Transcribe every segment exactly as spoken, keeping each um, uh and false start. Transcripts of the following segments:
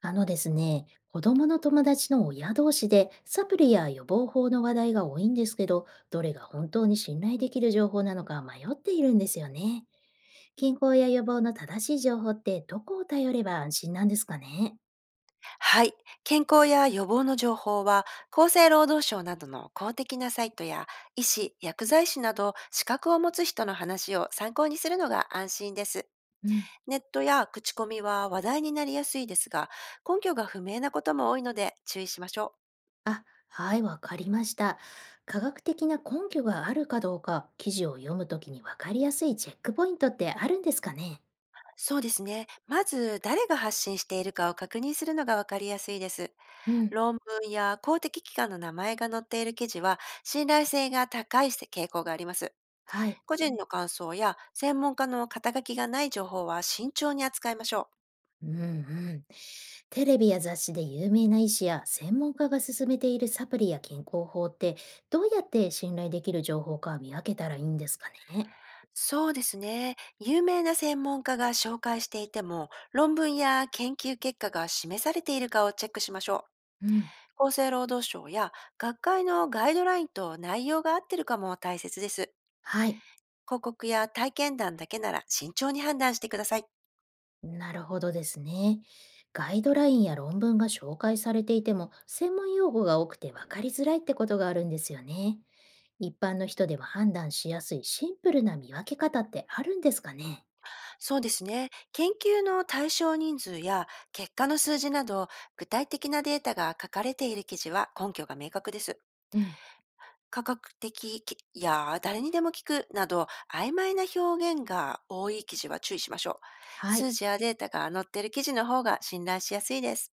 あのですね、子供の友達の親同士でサプリや予防法の話題が多いんですけど、どれが本当に信頼できる情報なのか迷っているんですよね。健康や予防の正しい情報ってどこを頼れば安心なんですかね？はい。健康や予防の情報は、厚生労働省などの公的なサイトや、医師、薬剤師など資格を持つ人の話を参考にするのが安心です。うん。ネットや口コミは話題になりやすいですが、根拠が不明なことも多いので注意しましょう。あ、はい、わかりました。科学的な根拠があるかどうか、記事を読むときにわかりやすいチェックポイントってあるんですかね？そうですね。まず、誰が発信しているかを確認するのがわかりやすいです。うん。論文や公的機関の名前が載っている記事は、信頼性が高い傾向があります。はい。個人の感想や専門家の肩書きがない情報は慎重に扱いましょう。うんうん。テレビや雑誌で有名な医師や専門家が勧めているサプリや健康法ってどうやって信頼できる情報か見分けたらいいんですかね？そうですね。有名な専門家が紹介していても、論文や研究結果が示されているかをチェックしましょうん。う。厚生労働省や学会のガイドラインと内容が合ってるかも大切です。はい。広告や体験談だけなら慎重に判断してください。なるほどですね。ガイドラインや論文が紹介されていても専門用語が多くて分かりづらいってことがあるんですよね。一般の人でも判断しやすいシンプルな見分け方ってあるんですかね？そうですね。研究の対象人数や結果の数字など、具体的なデータが書かれている記事は根拠が明確です。うん。科学的きや誰にでも聞くなど曖昧な表現が多い記事は注意しましょう。はい。数字やデータが載っている記事の方が信頼しやすいです。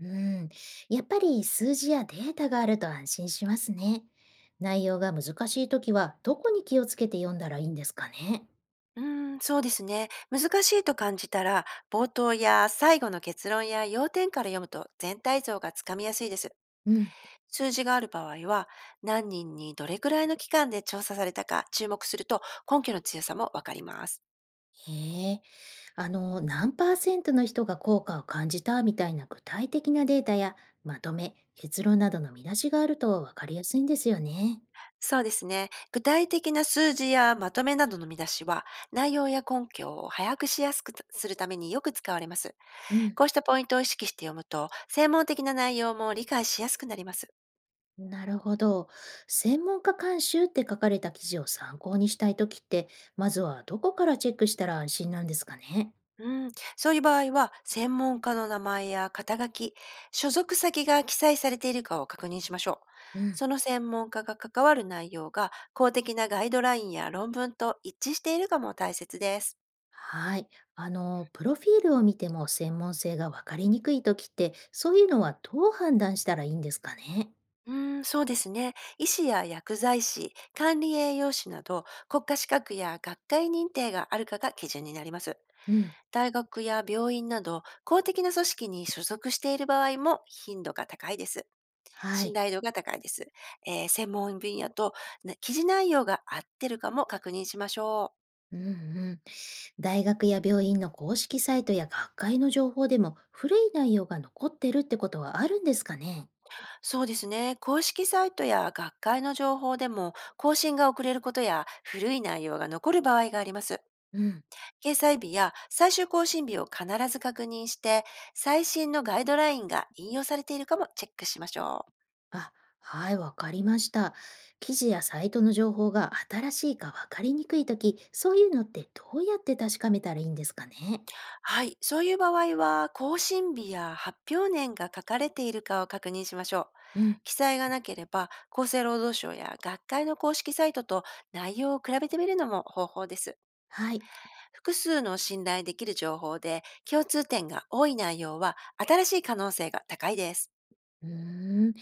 うん、やっぱり数字やデータがあると安心しますね。内容が難しいときは、どこに気をつけて読んだらいいんですかね。うーん、そうですね。難しいと感じたら、冒頭や最後の結論や要点から読むと全体像がつかみやすいです。うん、数字がある場合は、何人にどれくらいの期間で調査されたか注目すると根拠の強さもわかります。へえ、あの、何パーセントの人が効果を感じたみたいな具体的なデータや、まとめ、結論などの見出しがあると分かりやすいんですよね。そうですね。具体的な数字やまとめなどの見出しは、内容や根拠を把握しやすくするためによく使われます。うん。こうしたポイントを意識して読むと、専門的な内容も理解しやすくなります。なるほど。専門家監修って書かれた記事を参考にしたいときって、まずはどこからチェックしたら安心なんですかね。うん、そういう場合は、専門家の名前や肩書き、所属先が記載されているかを確認しましょう。うん、その専門家が関わる内容が公的なガイドラインや論文と一致しているかも大切です。はい。あの、プロフィールを見ても専門性が分かりにくいときって、そういうのはどう判断したらいいんですかね？うーん、そうですね。医師や薬剤師、管理栄養士など、国家資格や学会認定があるかが基準になります。うん。大学や病院など、公的な組織に所属している場合も頻度が高いです。は信い。頼度が高いです。えー専門分野とな記事内容が合ってるかも確認しましょう。うんうん。大学や病院の公式サイトや学会の情報でも古い内容が残ってるってことはあるんですかね？そうですね。公式サイトや学会の情報でも、更新が遅れることや古い内容が残る場合があります。うん。掲載日や最終更新日を必ず確認して、最新のガイドラインが引用されているかもチェックしましょう。あ、はい、わかりました。記事やサイトの情報が新しいか分かりにくいとき、そういうのってどうやって確かめたらいいんですかね？はい。そういう場合は、更新日や発表年が書かれているかを確認しましょう。うん。記載がなければ、厚生労働省や学会の公式サイトと内容を比べてみるのも方法です。はい。複数の信頼できる情報で共通点が多い内容は新しい可能性が高いです。うーん、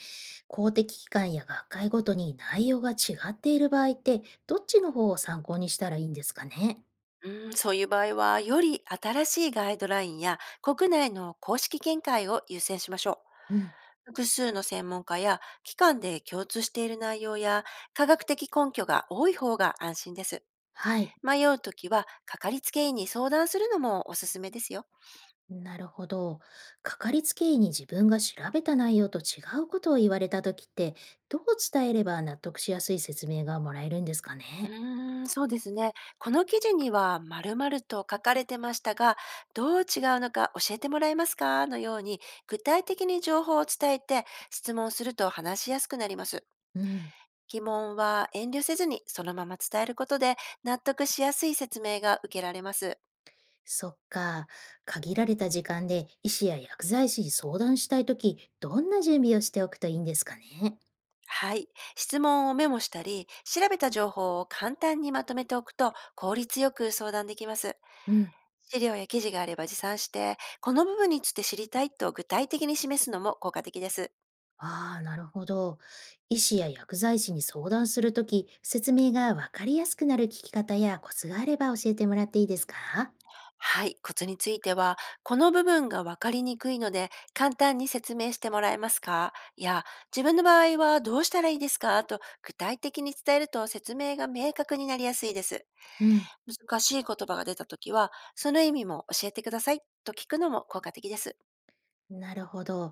公的機関や学会ごとに内容が違っている場合って、どっちの方を参考にしたらいいんですかね？うん、そういう場合は、より新しいガイドラインや国内の公式見解を優先しましょう。うん、複数の専門家や機関で共通している内容や科学的根拠が多い方が安心です。はい、迷うときは、かかりつけ医に相談するのもおすすめですよ。なるほど。かかりつけ医に自分が調べた内容と違うことを言われた時って、どう伝えれば納得しやすい説明がもらえるんですかうね？ーん、そうですね。この記事には〇〇と書かれてましたが、どう違うのか教えてもらえますかのように、具体的に情報を伝えて質問すると話しやすくなります。うん、疑問は遠慮せずにそのまま伝えることで納得しやすい説明が受けられます。そっか。限られた時間で医師や薬剤師に相談したい時どんな準備をしておくといいんですかね？はい。質問をメモしたり、調べた情報を簡単にまとめておくと効率よく相談できます。うん。資料や記事があれば持参して、この部分について知りたいと具体的に示すのも効果的です。ああ、なるほど。医師や薬剤師に相談するとき、説明がわかりやすくなる聞き方やコツがあれば教えてもらっていいですか？はい、コツについては、この部分がわかりにくいので、簡単に説明してもらえますかいや、自分の場合はどうしたらいいですかと具体的に伝えると説明が明確になりやすいです。うん。難しい言葉が出たときは、その意味も教えてくださいと聞くのも効果的です。なるほど。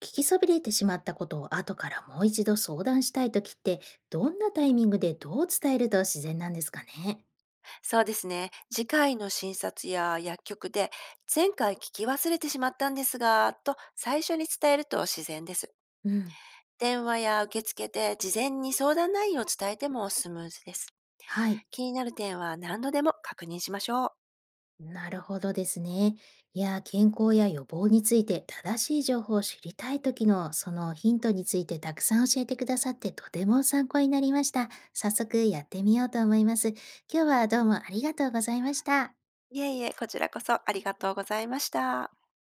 聞きそびれてしまったことを後からもう一度相談したいときって、どんなタイミングでどう伝えると自然なんですかね？そうですね。次回の診察や薬局で、前回聞き忘れてしまったんですが、と最初に伝えると自然です。うん。電話や受付で事前に相談内容を伝えてもスムーズです。はい。気になる点は何度でも確認しましょう。なるほどですね。いや、健康や予防について正しい情報を知りたい時のそのヒントについてたくさん教えてくださってとても参考になりました。早速やってみようと思います。今日はどうもありがとうございました。いえいえ、こちらこそありがとうございました。